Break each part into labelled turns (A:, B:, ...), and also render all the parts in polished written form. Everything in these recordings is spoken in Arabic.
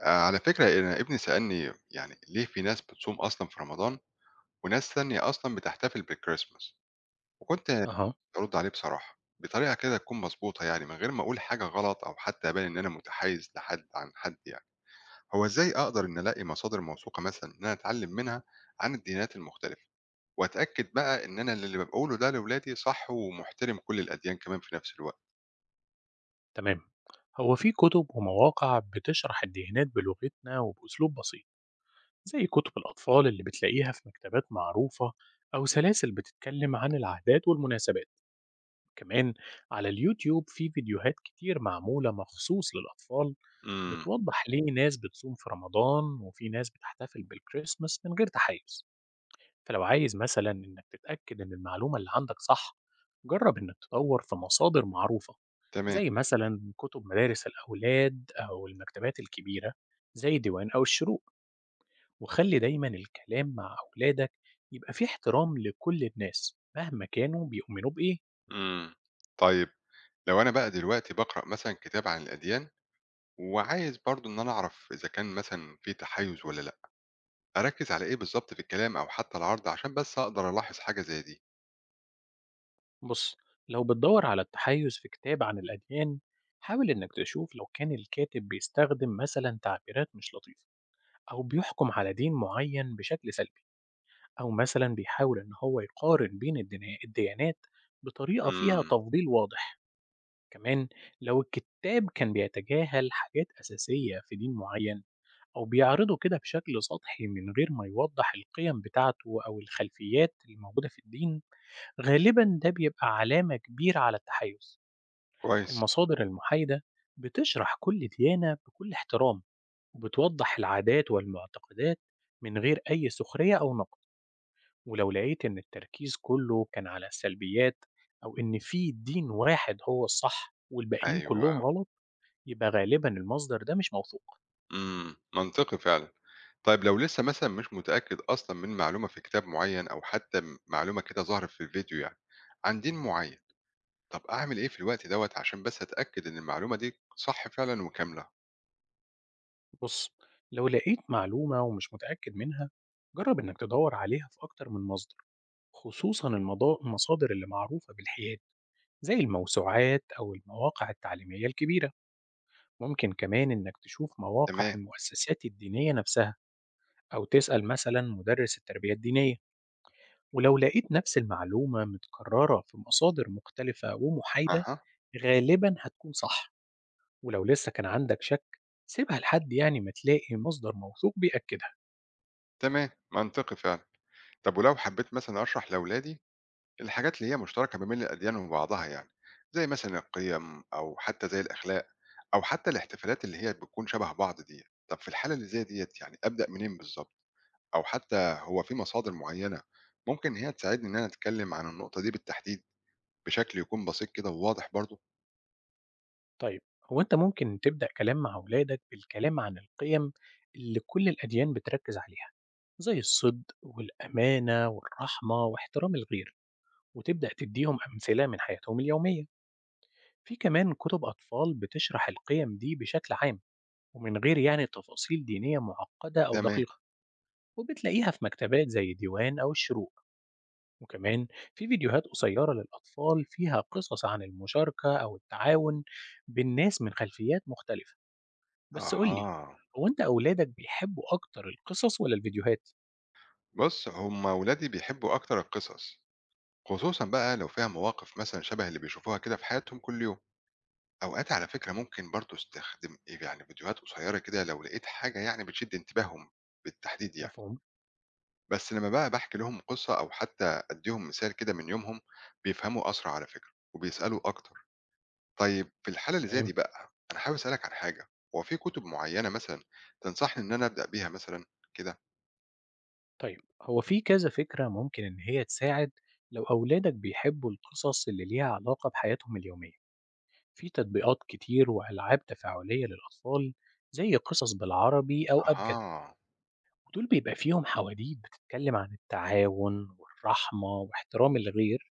A: على فكرة أنا ابني سألني يعني ليه في ناس بتصوم أصلًا في رمضان وناس تانية أصلًا بتحتفل بالكريسماس، وكنت
B: أها.
A: بارُد عليه بصراحة، بطريقة كده تكون مضبوطة يعني من غير ما أقول حاجة غلط أو حتى أبان إن أنا متحيز لحد عن حد يعني. هو إزاي أقدر إن ألاقي مصادر موثوقة مثلًا إن أنا أتعلم منها عن الديانات المختلفة، وأتأكد بقى إن أنا اللي باقوله ده لولادي صح ومحترم كل الأديان كمان في نفس الوقت؟
B: تمام. هو في كتب ومواقع بتشرح الديانات بلغتنا وبأسلوب بسيط، زي كتب الأطفال اللي بتلاقيها في مكتبات معروفة، أو سلاسل بتتكلم عن العادات والمناسبات. كمان على اليوتيوب في فيديوهات كتير معمولة مخصوص للأطفال
A: إمم،
B: بتوضح ليه ناس بتصوم في رمضان وفي ناس بتحتفل بالكريسماس من غير تحيز. فلو عايز مثلا إنك تتأكد إن المعلومة اللي عندك صح، جرب إنك تدور في مصادر معروفة،
A: تمام،
B: زي مثلا كتب مدارس الأولاد أو المكتبات الكبيرة، زي ديوان أو الشروق. وخلي دايما الكلام مع أولادك يبقى فيه احترام لكل الناس مهما كانوا بيؤمنوا بإيه.
A: إمم. طيب لو أنا بقى دلوقتي باقرأ مثلًا كتاب عن الأديان وعايز برضه إن أنا أعرف إذا كان مثلًا في تحيُّز والّا لأ، أركّز على إيه بالضبط في الكلام أو حتى العرض عشان بس أقدر ألاحظ حاجة زي دي؟
B: بص، لو بتدور على التحيز في كتاب عن الأديان، حاول إنك تشوف لو كان الكاتب بيستخدم مثلا تعبيرات مش لطيفة، أو بيحكم على دين معين بشكل سلبي، أو مثلا بيحاول إن هو يقارن بين الديانات بطريقة فيها
A: إمم،
B: تفضيل واضح. كمان لو الكتاب كان بيتجاهل حاجات أساسية في دين معين، أو بيعرضه كده بشكل سطحي من غير ما يوضح القيم بتاعته أو الخلفيات الموجودة في الدين، غالبا ده بيبقى علامة كبيرة على التحيز.
A: كويس،
B: المصادر المحايدة بتشرح كل ديانة بكل احترام، وبتوضح العادات والمعتقدات من غير أي سخرية أو نقد. ولو لقيت إن التركيز كله كان على السلبيات، أو إن في دين واحد هو الصح والباقيين
A: أيوه،
B: كلهم غلط، يبقى غالبا المصدر ده مش موثوق.
A: إمم، منطقي فعلًا. طيب لو لسه مثلًا مش متأكد أصلًا من معلومة في كتاب معيّن أو حتى م معلومة كده ظهرت في الفيديو يعني عن دين معيّن، طب أعمل إيه في الوقت دوّة عشان بس أتأكد إن المعلومة دي صح فعلًا وكاملة؟
B: بص، لو لقيت معلومة ومش متأكد منها، جرب إنك تدور عليها في أكتر من مصدر، خصوصا المصادر اللي معروفة بالحياد، زي الموسوعات أو المواقع التعليمية الكبيرة. ممكن كمان إنك تشوف مواقع
A: تمام،
B: المؤسسات الدينية نفسها، أو تسأل مثلا مدرس التربية الدينية. ولو لقيت نفس المعلومة متكررة في مصادر مختلفة ومحايدة،
A: أها،
B: غالبا هتكون صح. ولو لسه كان عندك شك، سيبها لحد يعني ما تلاقي مصدر موثوق بيأكدها.
A: تمام، منطقي فعلًا. طب ولو حبّيت مثلًا أشرح لأولادي الحاجات اللي هي مشتركة ما بين الأديان وبعضها يعني زي مثلا القيم أو حتى زي الأخلاق أو حتى الاحتفالات اللي هي بتكون شبه بعض دي. طب في الحالة اللي زي ديت يعني أبدأ منين بالظبط، أو حتى هو في مصادر معينة ممكن هي تساعدني إن أنا أتكلم عن النقطة دي بالتحديد بشكل يكون بسيط كده وواضح برضه؟
B: طيب، هو أنت ممكن تبدأ كلام مع أولادك بالكلام عن القيم اللي كل الأديان بتركز عليها، زي الصدق والأمانة والرحمة واحترام الغير، وتبدأ تديهم أمثلة من حياتهم اليومية. في كمان كتب أطفال بتشرح القيم دي بشكل عام، ومن غير يعني تفاصيل دينية معقدة أو
A: تمام.
B: دقيقة، وبتلاقيها في مكتبات زي الديوان أو الشروق. وكمان في فيديوهات قصيرة للأطفال فيها قصص عن المشاركة أو التعاون بين ناس من خلفيات مختلفة. بس قولي،
A: أها.
B: هو أنت أولادك بيحبوا أكتر القصص ولا الفيديوهات؟
A: بص، هما ولادي بيحبوا أكتر القصص، خصوصا بقى لو فيها مواقف مثلا شبه اللي بيشوفوها كده في حياتهم كل يوم. أوقات على فكرة ممكن برضه استخدم ايه يعني فيديوهات قصيرة كده لو لقيت حاجة يعني بتشد انتباههم بالتحديد يعني.
B: مفهوم؟
A: بس لما بقى بحكي لهم قصة أو حتى أديهم مثال كده من يومهم، بيفهموا أسرع على فكرة وبيسألوا أكتر. طيب في الحالة اللي زي دي
B: تمام.
A: بقى أنا حابب أسألك عن حاجة. هو في كتب معينة مثلا تنصحني إن أنا أبدأ بيها مثلا كده؟
B: طيب هو في كذا فكرة ممكن إن هي تساعد. لو أولادك بيحبوا القصص اللي ليها علاقة بحياتهم اليومية، في تطبيقات كتير وألعاب تفاعلية للأطفال، زي قصص بالعربي أو أبجد.
A: أها.
B: ودول بيبقى فيهم حواديت بتتكلم عن التعاون والرحمة واحترام الغير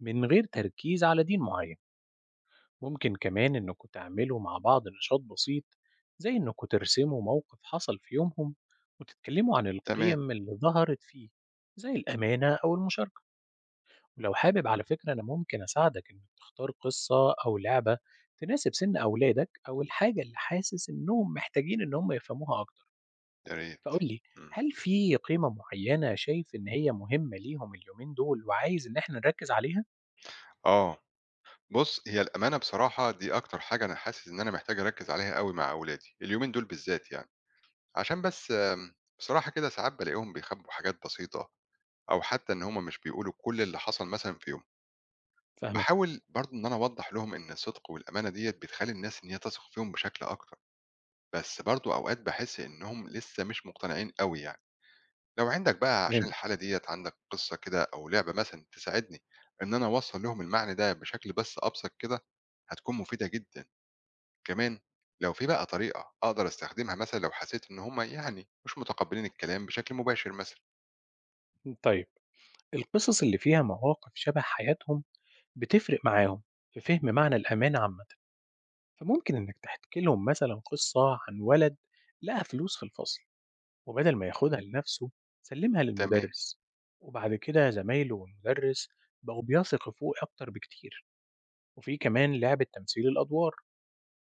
B: من غير تركيز على دين معين. ممكن كمان إنكم تعملوا مع بعض نشاط بسيط، زي إنكم ترسموا موقف حصل في يومهم وتتكلموا عن
A: تمام.
B: القيم اللي ظهرت فيه، زي الأمانة أو المشاركة. ولو حابب، على فكرة أنا ممكن أساعدك إنك تختار قصة أو لعبة تناسب سن أولادك أو الحاجة اللي حاسس إنهم محتاجين إن هم يفهموها أكتر.
A: يا ريت.
B: فقول لي،
A: مم.
B: هل في قيمة معينة شايف إن هي مهمة ليهم اليومين دول وعايز إن إحنا نركز عليها؟
A: آه. بص، هي الأمانة بصراحة دي أكتر حاجة أنا حاسس إن أنا محتاج أركز عليها قوي مع أولادي اليومين دول بالذات يعني. عشان بس بصراحة كده ساعات بالاقيهم بيخبّوا حاجات بسيطة، أو حتى إن هم مش بيقولوا كل اللي حصل مثلًا في يومهم.
B: فاهمك.
A: باحاول برضه إن أنا أوضّح لهم إن الصدق والأمانة ديّة بتخلّي الناس إن هي تثق فيهم بشكل أكتر، بس برضه أوقات باحس إنهم لسه مش مقتنعين أوي يعني. لو عندك بقى عشان
B: تمام.
A: الحالة ديّة عندك قصة كده أو لعبة مثلًا تساعدني إن أنا أوصّل لهم المعنى ده بشكل بس أبسط كده، هتكون مفيدة جدًا. كمان لو في بقى طريقة أقدر أستخدمها مثلًا لو حسيت إن هم يعني مش متقبلين الكلام بشكل مباشر مثلًا.
B: طيب، القصص اللي فيها مواقف شبه حياتهم بتفرق معاهم في فهم معنى الأمان عامة. فممكن إنك تحكي لهم مثلا قصة عن ولد لقى فلوس في الفصل، وبدل ما ياخدها لنفسه سلمها
A: تمام،
B: للمدرس، وبعد كده زمايله والمدرس بقوا بيثقوا فيه أكتر بكتير. وفي كمان لعبة تمثيل الأدوار،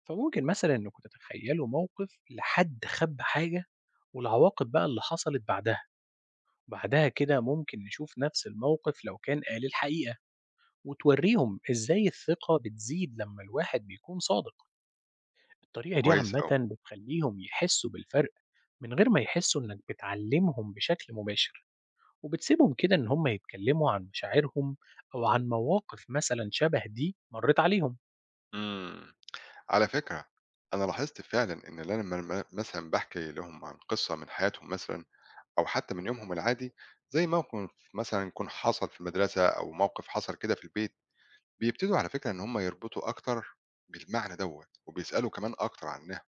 B: فممكن مثلا إنكم تتخيلوا موقف لحد خب حاجة، والعواقب بقى اللي حصلت بعدها. بعدها كده ممكن نشوف نفس الموقف لو كان قال الحقيقة، وتوريهم إزاي الثقة بتزيد لما الواحد بيكون صادق. الطريقة دي
A: كويس
B: عامة
A: أوي.
B: بتخليهم يحسوا بالفرق من غير ما يحسوا إنك بتعلمهم بشكل مباشر، وبتسيبهم كده إن هم يتكلموا عن مشاعرهم أو عن مواقف مثلا شبه دي مرّت عليهم.
A: إمم. على فكرة أنا لاحظت فعلًا إن لمّا م مثلًا باحكي لهم عن قصة من حياتهم مثلًا أو حتى من يومهم العادي، زي موقف مثلًا يكون حصل في المدرسة أو موقف حصل كده في البيت، بيبتدوا على فكرة إن هم يربطوا أكتر بالمعنى دوّة، وبيسألوا كمان أكتر عنها.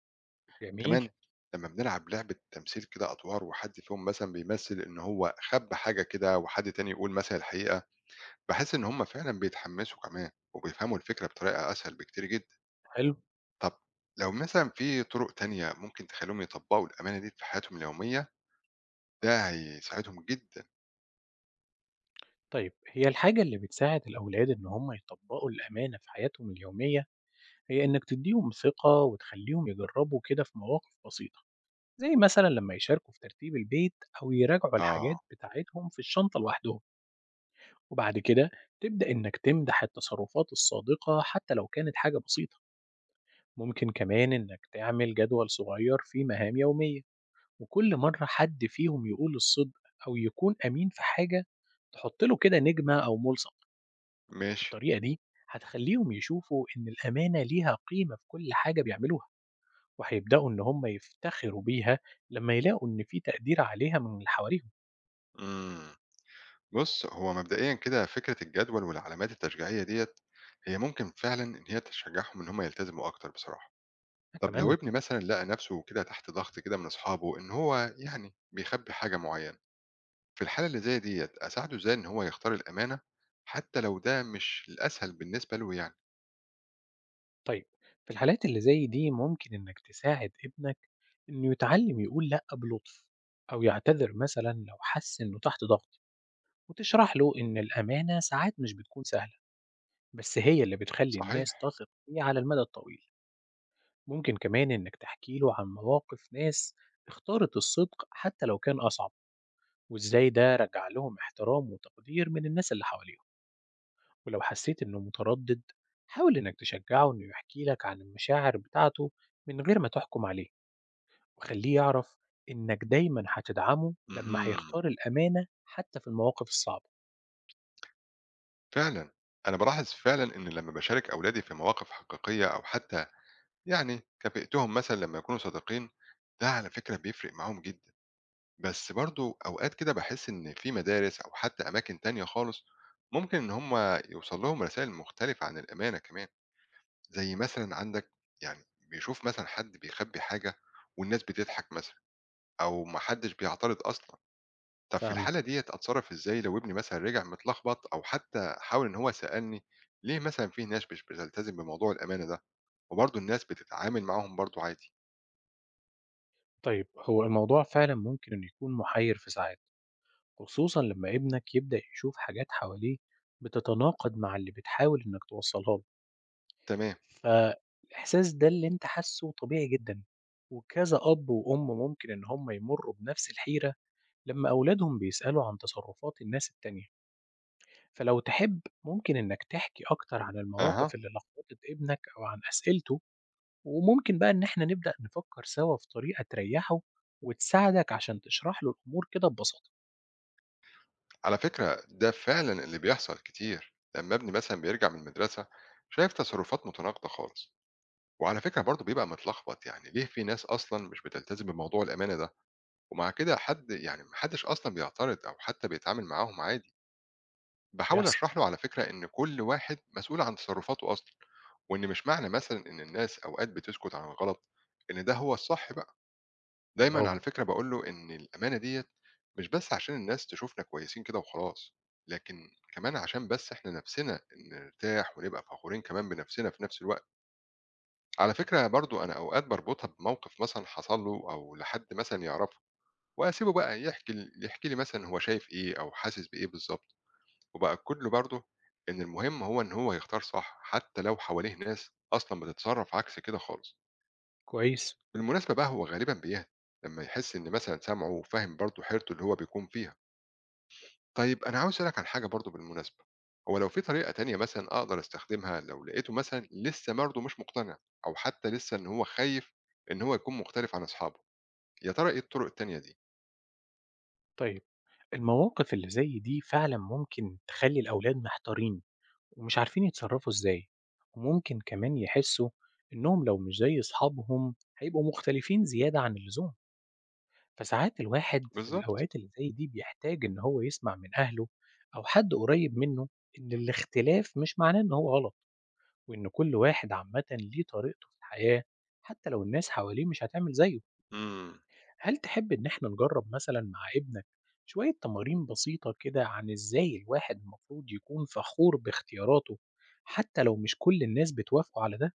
B: جميل.
A: كمان لمّا بنلعب لعبة تمثيل كده أدوار وحد فيهم مثلًا بيمثل إن هو خَبّ حاجة كده وحد تاني يقول مثلًا الحقيقة، باحس إن هم فعلًا بيتحمسوا كمان وبيفهموا الفكرة بطريقة أسهل بكتير جدًا.
B: حلو.
A: طب لو مثلًا في طرق تانية ممكن تخلّيهم يطبّقوا الأمانة دي في حياتهم اليومية، ده هيساعدهم جدًا.
B: طيب، هي الحاجة اللي بتساعد الأولاد إن هم يطبّقوا الأمانة في حياتهم اليومية، هي إنك تدّيهم ثقة وتخلّيهم يجرّبوا كده في مواقف بسيطة، زي مثلا لمّا يشاركوا في ترتيب البيت أو يراجعوا
A: آه،
B: الحاجات بتاعتهم في الشنطة لوحدهم. وبعد كده تبدأ إنك تمدح التصرفات الصادقة حتى لو كانت حاجة بسيطة. ممكن كمان إنك تعمل جدول صغير فيه مهام يومية، وكل مرة حد فيهم يقول الصدق أو يكون أمين في حاجة، تحط له كده نجمة أو ملصق.
A: ماشي.
B: بالطريقة دي هتخليهم يشوفوا إن الأمانة ليها قيمة في كل حاجة بيعملوها، وهيبدأوا إن هم يفتخروا بيها لما يلاقوا إن في تقدير عليها من اللي حواليهم.
A: إمم. بُص، هو مبدئيًا كده فكرة الجدول والعلامات التشجيعية ديّة، هي ممكن فعلًا إن هي تشجّعهم إن هم يلتزموا أكتر بصراحة. طب لو
B: أتمنى.
A: ابني مثلًا لقى نَفْسه كده تحت ضغط كده من أصحابه إن هو يعني بيخبّي حاجة معيّنة، في الحالة اللي زي ديّة أساعده إزاي إن هو يختار الأمانة، حتى لو ده مش الأسهل بالنسبة له يعني؟
B: طيب، في الحالات اللي زي دي ممكن إنك تساعد ابنك إنه يتعلم يقول لأ بلطف، أو يعتذر مثلا لو حس إنه تحت ضغط، وتشرح له إن الأمانة ساعات مش بتكون سهلة، بس هي اللي بتخلي الناس
A: صحيح.
B: تثق فيه على المدى الطويل. ممكن كمان إنك تحكي له عن مواقف ناس اختارت الصدق حتى لو كان أصعب، وإزاي ده رجع لهم احترام وتقدير من الناس اللي حواليهم. ولو حسيت إنه متردد، حاول إنك تشجعه إنه يحكي لك عن المشاعر بتاعته من غير ما تحكم عليه، وخليه يعرف إنك دايما هتدعمه لما
A: اهم.
B: هيختار الأمانة حتى في المواقف الصعبة.
A: فعلا أنا بلاحظ فعلا إن لما بشارك أولادي في مواقف حقيقية أو حتى يعني كافئتهم مثلا لما يكونوا صادقين، ده على فكرة بيفرق معاهم جدا. بس برضو أوقات كده بحس إن في مدارس أو حتى أماكن تانية خالص ممكن إن هم يوصل لهم رسائل مختلفة عن الأمانة كمان، زي مثلا عندك يعني بيشوف مثلا حد بيخبي حاجة والناس بتضحك مثلا، أو محدش بيعترض أصلا. طب في
B: فاهمك.
A: الحالة ديّة أتصرّف إزاي لو ابني مثلًا رجع متلخبط أو حتى حاول إن هو سألني ليه مثلًا في ناس مش بتلتزم بموضوع الأمانة ده، وبرضه الناس بتتعامل معاهم برضه عادي؟
B: طيب، هو الموضوع فعلا ممكن إنه يكون محير في ساعات، خصوصًا لما ابنك يبدأ يشوف حاجات حواليه بتتناقض مع اللي بتحاول إنك توصّلها له.
A: تمام،
B: فالإحساس ده اللي أنت حاسّه طبيعي جدًا، وكذا أب وأم ممكن إن هم يمرّوا بنفس الحيرة لما أولادهم بيسألوا عن تصرّفات الناس التانية. فلو تحب ممكن إنك تحكي أكتر عن
A: أها،
B: المواقف اللي لخبطت ابنك أو عن أسئلته، وممكن بقى إن إحنا نبدأ نفكّر سوا في طريقة تريّحه وتساعدك عشان تشرح له الأمور كده ببساطة.
A: على فكرة ده فعلًا اللي بيحصل كتير، لمّا ابني مثلًا بيرجع من المدرسة شايف تصرفات متناقضة خالص، وعلى فكرة برضه بيبقى متلخبط يعني ليه في ناس أصلًا مش بتلتزم بموضوع الأمانة ده، ومع كده حد يعني ما حدش أصلًا بيعترض أو حتى بيتعامل معاهم عادي. بحاول
B: بيحصل.
A: اشرح له على فكره ان كل واحد مسؤول عن تصرفاته اصلا، وان مش معنى مثلا ان الناس اوقات بتسكت عن الغلط ان ده هو الصح بقى. دايما
B: برافو.
A: على فكره بقول له ان الامانه ديت مش بس عشان الناس تشوفنا كويسين كده وخلاص، لكن كمان عشان بس احنا نفسنا نرتاح ونبقى فخورين كمان بنفسنا في نفس الوقت. على فكره برضو انا اوقات بربطها بموقف مثلا حصل له او لحد مثلا يعرفه، واسيبه بقى يحكي لي مثلا هو شايف ايه او حاسس بايه بالظبط، وبقى كُلّه برضه إن المهم هو إن هو يختار صح، حتّى لو حواليه ناس أصلًا بتتصرّف عكس كده خالص.
B: كويس.
A: بالمناسبة بقى هو غالبًا بيهدى لمّا يحس إن مثلًا سمعه وفاهم برضه حيرته اللي هو بيكون فيها. طيب أنا عاوز أسألك عن حاجة برضه بالمناسبة، هو لو في طريقة تانية مثلًا أقدر أستخدمها لو لقيته مثلًا لسّه برضه مش مقتنع أو حتّى لسّه إن هو خايف إن هو يكون مختلف عن أصحابه، يا ترى إيه الطُرق التانية دي؟
B: طيب، المواقف اللي زي دي فعلا ممكن تخلي الأولاد محتارين ومش عارفين يتصرفوا إزاي، وممكن كمان يحسوا إنهم لو مش زي أصحابهم هيبقوا مختلفين زيادة عن اللزوم. فساعات الواحد في
A: بالضبط،
B: الأوقات اللي زي دي بيحتاج إن هو يسمع من أهله أو حد قريب منه إن الاختلاف مش معناه إن هو غلط، وإن كل واحد عامة ليه طريقته في الحياة حتى لو الناس حواليه مش هتعمل زيه.
A: إمم.
B: هل تحب إن إحنا نجرب مثلًا مع ابنك شوية تمارين بسيطة كده عن إزاي الواحد المفروض يكون فخور باختياراته، حتى لو مش كل الناس بتوافقوا على ده؟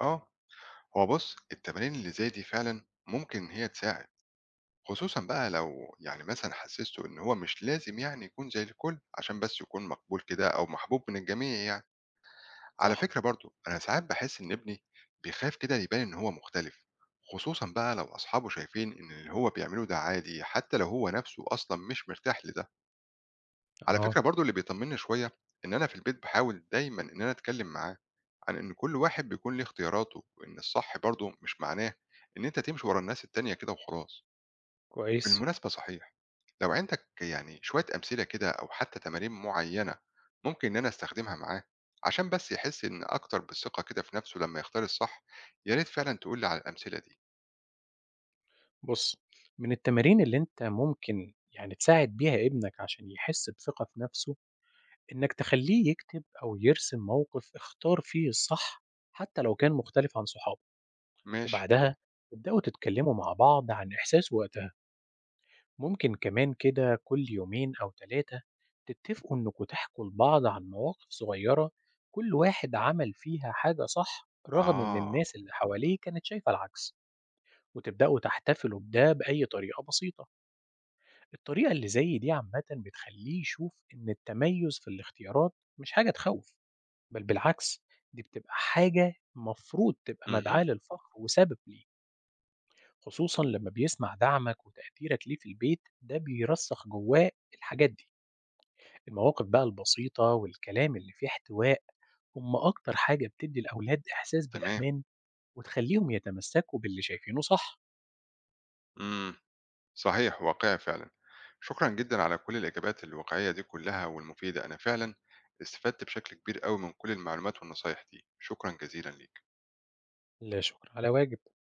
A: آه. هو بُص، التمارين اللي زي دي فعلًا ممكن إن هي تساعد. خصوصًا بقى لو يعني مثلًا حسّسته إن هو مش لازم يعني يكون زي الكل، عشان بس يكون مقبول كده أو محبوب من الجميع يعني. على
B: صح.
A: فكرة برضه أنا ساعات باحس إن ابني بيخاف كده يبان إن هو مختلف، خصوصًا بقى لو أصحابه شايفين إن اللي هو بيعمله ده عادي، حتى لو هو نَفْسه أصلًا مش مرتاح لده. على
B: آه.
A: فكرة برضه اللي بيطمّني شوية إن أنا في البيت باحاول دايمًا إن أنا أتكلّم معاه عن إن كل واحد بيكون ليه اختياراته، وإن الصح برضه مش معناه إن أنت تمشي ورا الناس التانية كده وخلاص.
B: كويس.
A: بالمناسبة صحيح، لو عندك يعني شوية أمثلة كده أو حتى تمارين معينة ممكن إن أنا أستخدمها معاه عشان بس يحس إن أكتر بالثقة كده في نفسه لما يختار الصح، يا ريت فعلا تقول لي على الأمثلة دي.
B: بُص، من التمارين اللي أنت ممكن يعني تساعد بيها ابنك عشان يحس بثقة في نفسه، إنك تخلّيه يكتب أو يرسم موقف اختار فيه الصح حتى لو كان مختلف عن صحابه،
A: ماشي.
B: وبعدها تبدأوا تتكلموا مع بعض عن إحساسه وقتها. ممكن كمان كده كل يومين أو ثلاثة تتفقوا إنكوا تحكوا لبعض عن مواقف صغيرة كل واحد عمل فيها حاجة صح رغم إن
A: آه.
B: الناس اللي حواليه كانت شايفة العكس، وتبدأوا تحتفلوا بده بأي طريقة بسيطة. الطريقة اللي زي دي عامة بتخليه يشوف إن التميز في الاختيارات مش حاجة تخوف، بل بالعكس دي بتبقى حاجة مفروض تبقى
A: اهم.
B: مدعاة للفخر وسبب ليه، خصوصا لما بيسمع دعمك وتقديرك ليه في البيت، ده بيرسخ جواه الحاجات دي. المواقف بقى البسيطة والكلام اللي فيه احتواء هم أكتر حاجة بتدي الأولاد إحساس
A: تمام.
B: بالأمان وتخليهم يتمسكوا باللي شايفينه صح.
A: إمم. صحيح واقعي فعلا. شكرًا جدًا على كل الإجابات الواقعية دي كلها والمفيدة، أنا فعلًا استفدت بشكل كبير أوي من كل المعلومات والنصايح دي، شكرًا جزيلًا ليك.
B: لا شكر على واجب.